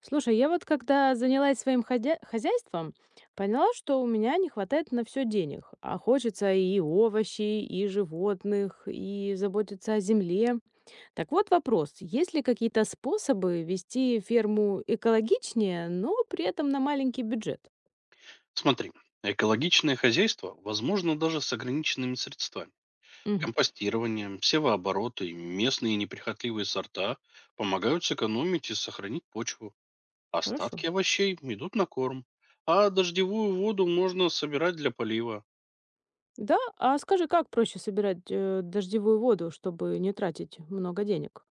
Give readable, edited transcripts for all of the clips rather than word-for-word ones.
Слушай, я вот когда занялась своим хозяйством, поняла, что у меня не хватает на все денег, а хочется и овощей, и животных, и заботиться о земле. Так вот вопрос, есть ли какие-то способы вести ферму экологичнее, но при этом на маленький бюджет? Смотри, экологичное хозяйство возможно даже с ограниченными средствами. Мгм, Компостирование, севооборот и местные неприхотливые сорта помогают сэкономить и сохранить почву. хорошо. Остатки овощей идут на корм, а дождевую воду можно собирать для полива. Да, а скажи, как проще собирать дождевую воду, чтобы не тратить много денег?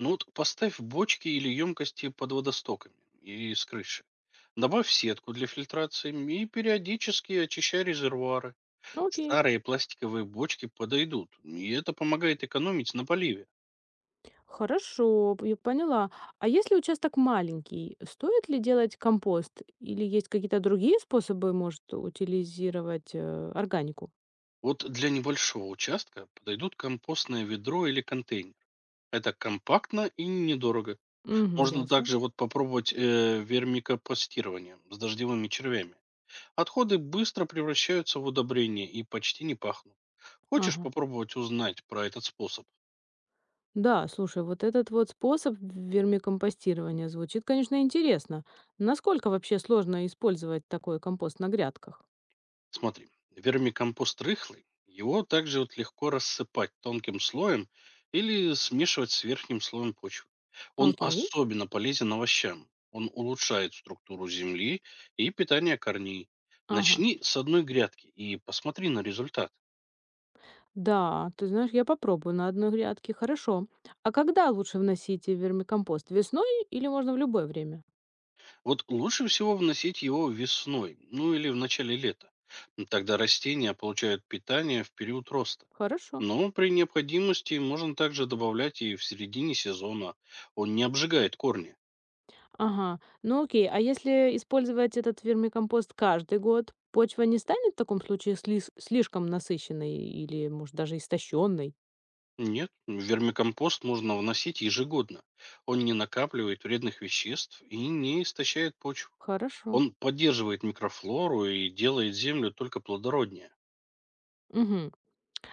Ну вот поставь бочки или емкости под водостоками и с крыши. Добавь сетку для фильтрации и периодически очищай резервуары. Окей. Старые пластиковые бочки подойдут, и это помогает экономить на поливе. Хорошо, я поняла. А если участок маленький, стоит ли делать компост? Или есть какие-то другие способы, может, утилизировать органику? Вот для небольшого участка подойдут компостное ведро или контейнер. Это компактно и недорого. Угу, Можно ясно. также вот попробовать вермикопостирование с дождевыми червями. Отходы быстро превращаются в удобрения и почти не пахнут. Хочешь Ага. попробовать узнать про этот способ? Да, слушай, вот этот вот способ вермикомпостирования звучит, конечно, интересно. Насколько вообще сложно использовать такой компост на грядках? Смотри, вермикомпост рыхлый, его также вот легко рассыпать тонким слоем или смешивать с верхним слоем почвы. Он Окей. особенно полезен овощам. Он улучшает структуру земли и питание корней. Ага. Начни с одной грядки и посмотри на результат. Да, ты знаешь, я попробую на одной грядке. Хорошо. А когда лучше вносить вермикомпост? Весной или можно в любое время? Вот лучше всего вносить его весной, ну или в начале лета. Тогда растения получают питание в период роста. Хорошо. Но при необходимости можно также добавлять и в середине сезона. Он не обжигает корни. Ага, ну окей. А если использовать этот вермикомпост каждый год, почва не станет в таком случае слишком насыщенной или, может, даже истощенной? Нет, вермикомпост можно вносить ежегодно. Он не накапливает вредных веществ и не истощает почву. Хорошо. Он поддерживает микрофлору и делает землю только плодороднее. Мгм.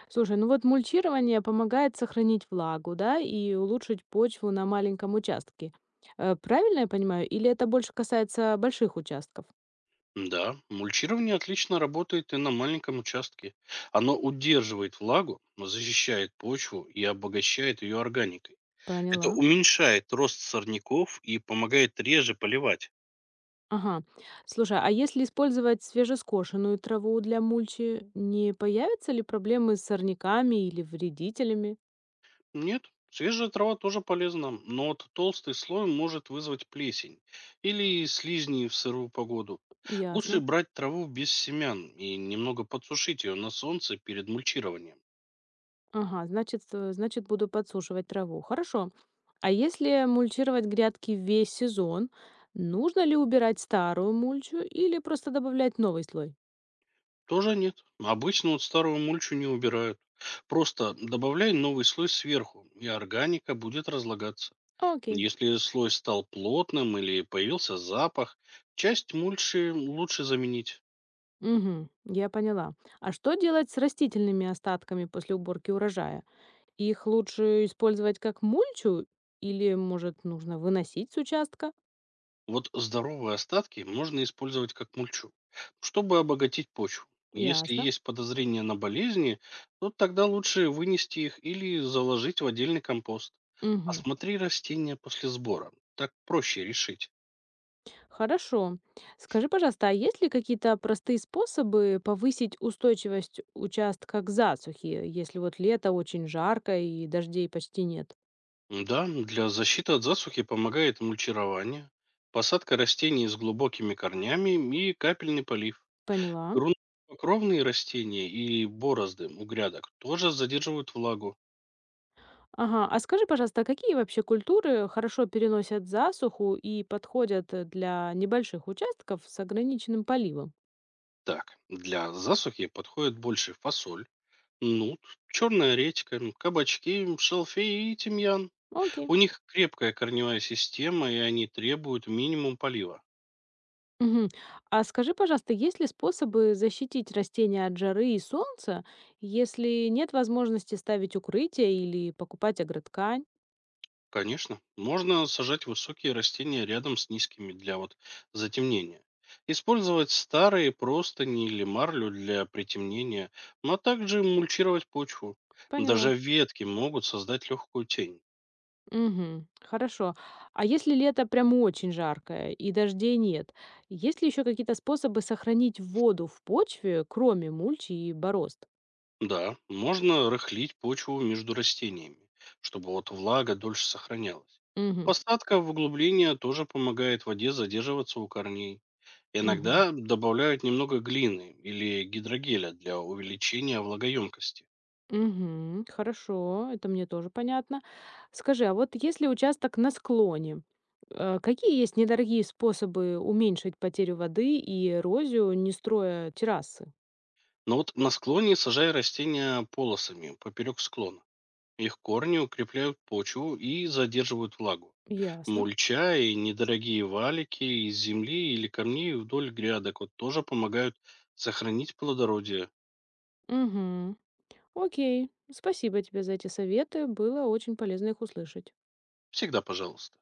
Слушай, ну вот мульчирование помогает сохранить влагу, да, и улучшить почву на маленьком участке. Правильно я понимаю? Или это больше касается больших участков? Да, мульчирование отлично работает и на маленьком участке. Оно удерживает влагу, защищает почву и обогащает ее органикой. Это Поняла. уменьшает рост сорняков и помогает реже поливать. Ага. Слушай, а если использовать свежескошенную траву для мульчи, не появятся ли проблемы с сорняками или вредителями? Нет, свежая трава тоже полезна, но вот толстый слой может вызвать плесень или слизни в сырую погоду. Лучше Ясно. брать траву без семян и немного подсушить ее на солнце перед мульчированием. Ага, значит, значит, буду подсушивать траву. Хорошо. А если мульчировать грядки весь сезон, нужно ли убирать старую мульчу или просто добавлять новый слой? Тоже нет. Обычно вот старую мульчу не убирают. Просто добавляй новый слой сверху, и органика будет разлагаться. Окей. Если слой стал плотным или появился запах, часть мульчи лучше заменить. Угу, я поняла. А что делать с растительными остатками после уборки урожая? Их лучше использовать как мульчу или, может, нужно выносить с участка? Вот здоровые остатки можно использовать как мульчу, чтобы обогатить почву. Если Ясно. есть подозрения на болезни, то тогда лучше вынести их или заложить в отдельный компост. Угу. Осмотри растения после сбора. Так проще решить. Хорошо. Скажи, пожалуйста, а есть ли какие-то простые способы повысить устойчивость участка к засухе, если вот лето очень жарко и дождей почти нет? Да, для защиты от засухи помогает мульчирование, посадка растений с глубокими корнями и капельный полив. Поняла. Грунтокровные растения и борозды у грядок тоже задерживают влагу. Ага, а скажи, пожалуйста, а какие вообще культуры хорошо переносят засуху и подходят для небольших участков с ограниченным поливом? Так, для засухи подходит больше фасоль, нут, черная редька, кабачки, шалфей и тимьян. Окей. У них крепкая корневая система, и они требуют минимум полива. Мгм. А скажи, пожалуйста, есть ли способы защитить растения от жары и солнца, если нет возможности ставить укрытие или покупать агроткань? Конечно, можно сажать высокие растения рядом с низкими для вот затемнения. Использовать старые простыни или марлю для притемнения, но также мульчировать почву. Поняла. Даже ветки могут создать легкую тень. Мгм. Хорошо. А если лето прям очень жаркое и дождей нет, есть ли еще какие-то способы сохранить воду в почве, кроме мульчи и борозд? Да, можно рыхлить почву между растениями, чтобы вот влага дольше сохранялась. Мгм. Посадка в углубление тоже помогает воде задерживаться у корней. Мгм. Иногда добавляют немного глины или гидрогеля для увеличения влагоемкости. Мгм. Хорошо, это мне тоже понятно. Скажи, а вот если участок на склоне, какие есть недорогие способы уменьшить потерю воды и эрозию, не строя террасы? Но вот на склоне сажай растения полосами поперек склона. Их корни укрепляют почву и задерживают влагу. Ясно. Мульча и недорогие валики из земли или камней вдоль грядок вот тоже помогают сохранить плодородие. Мгм. Окей. Спасибо тебе за эти советы. Было очень полезно их услышать. Всегда пожалуйста.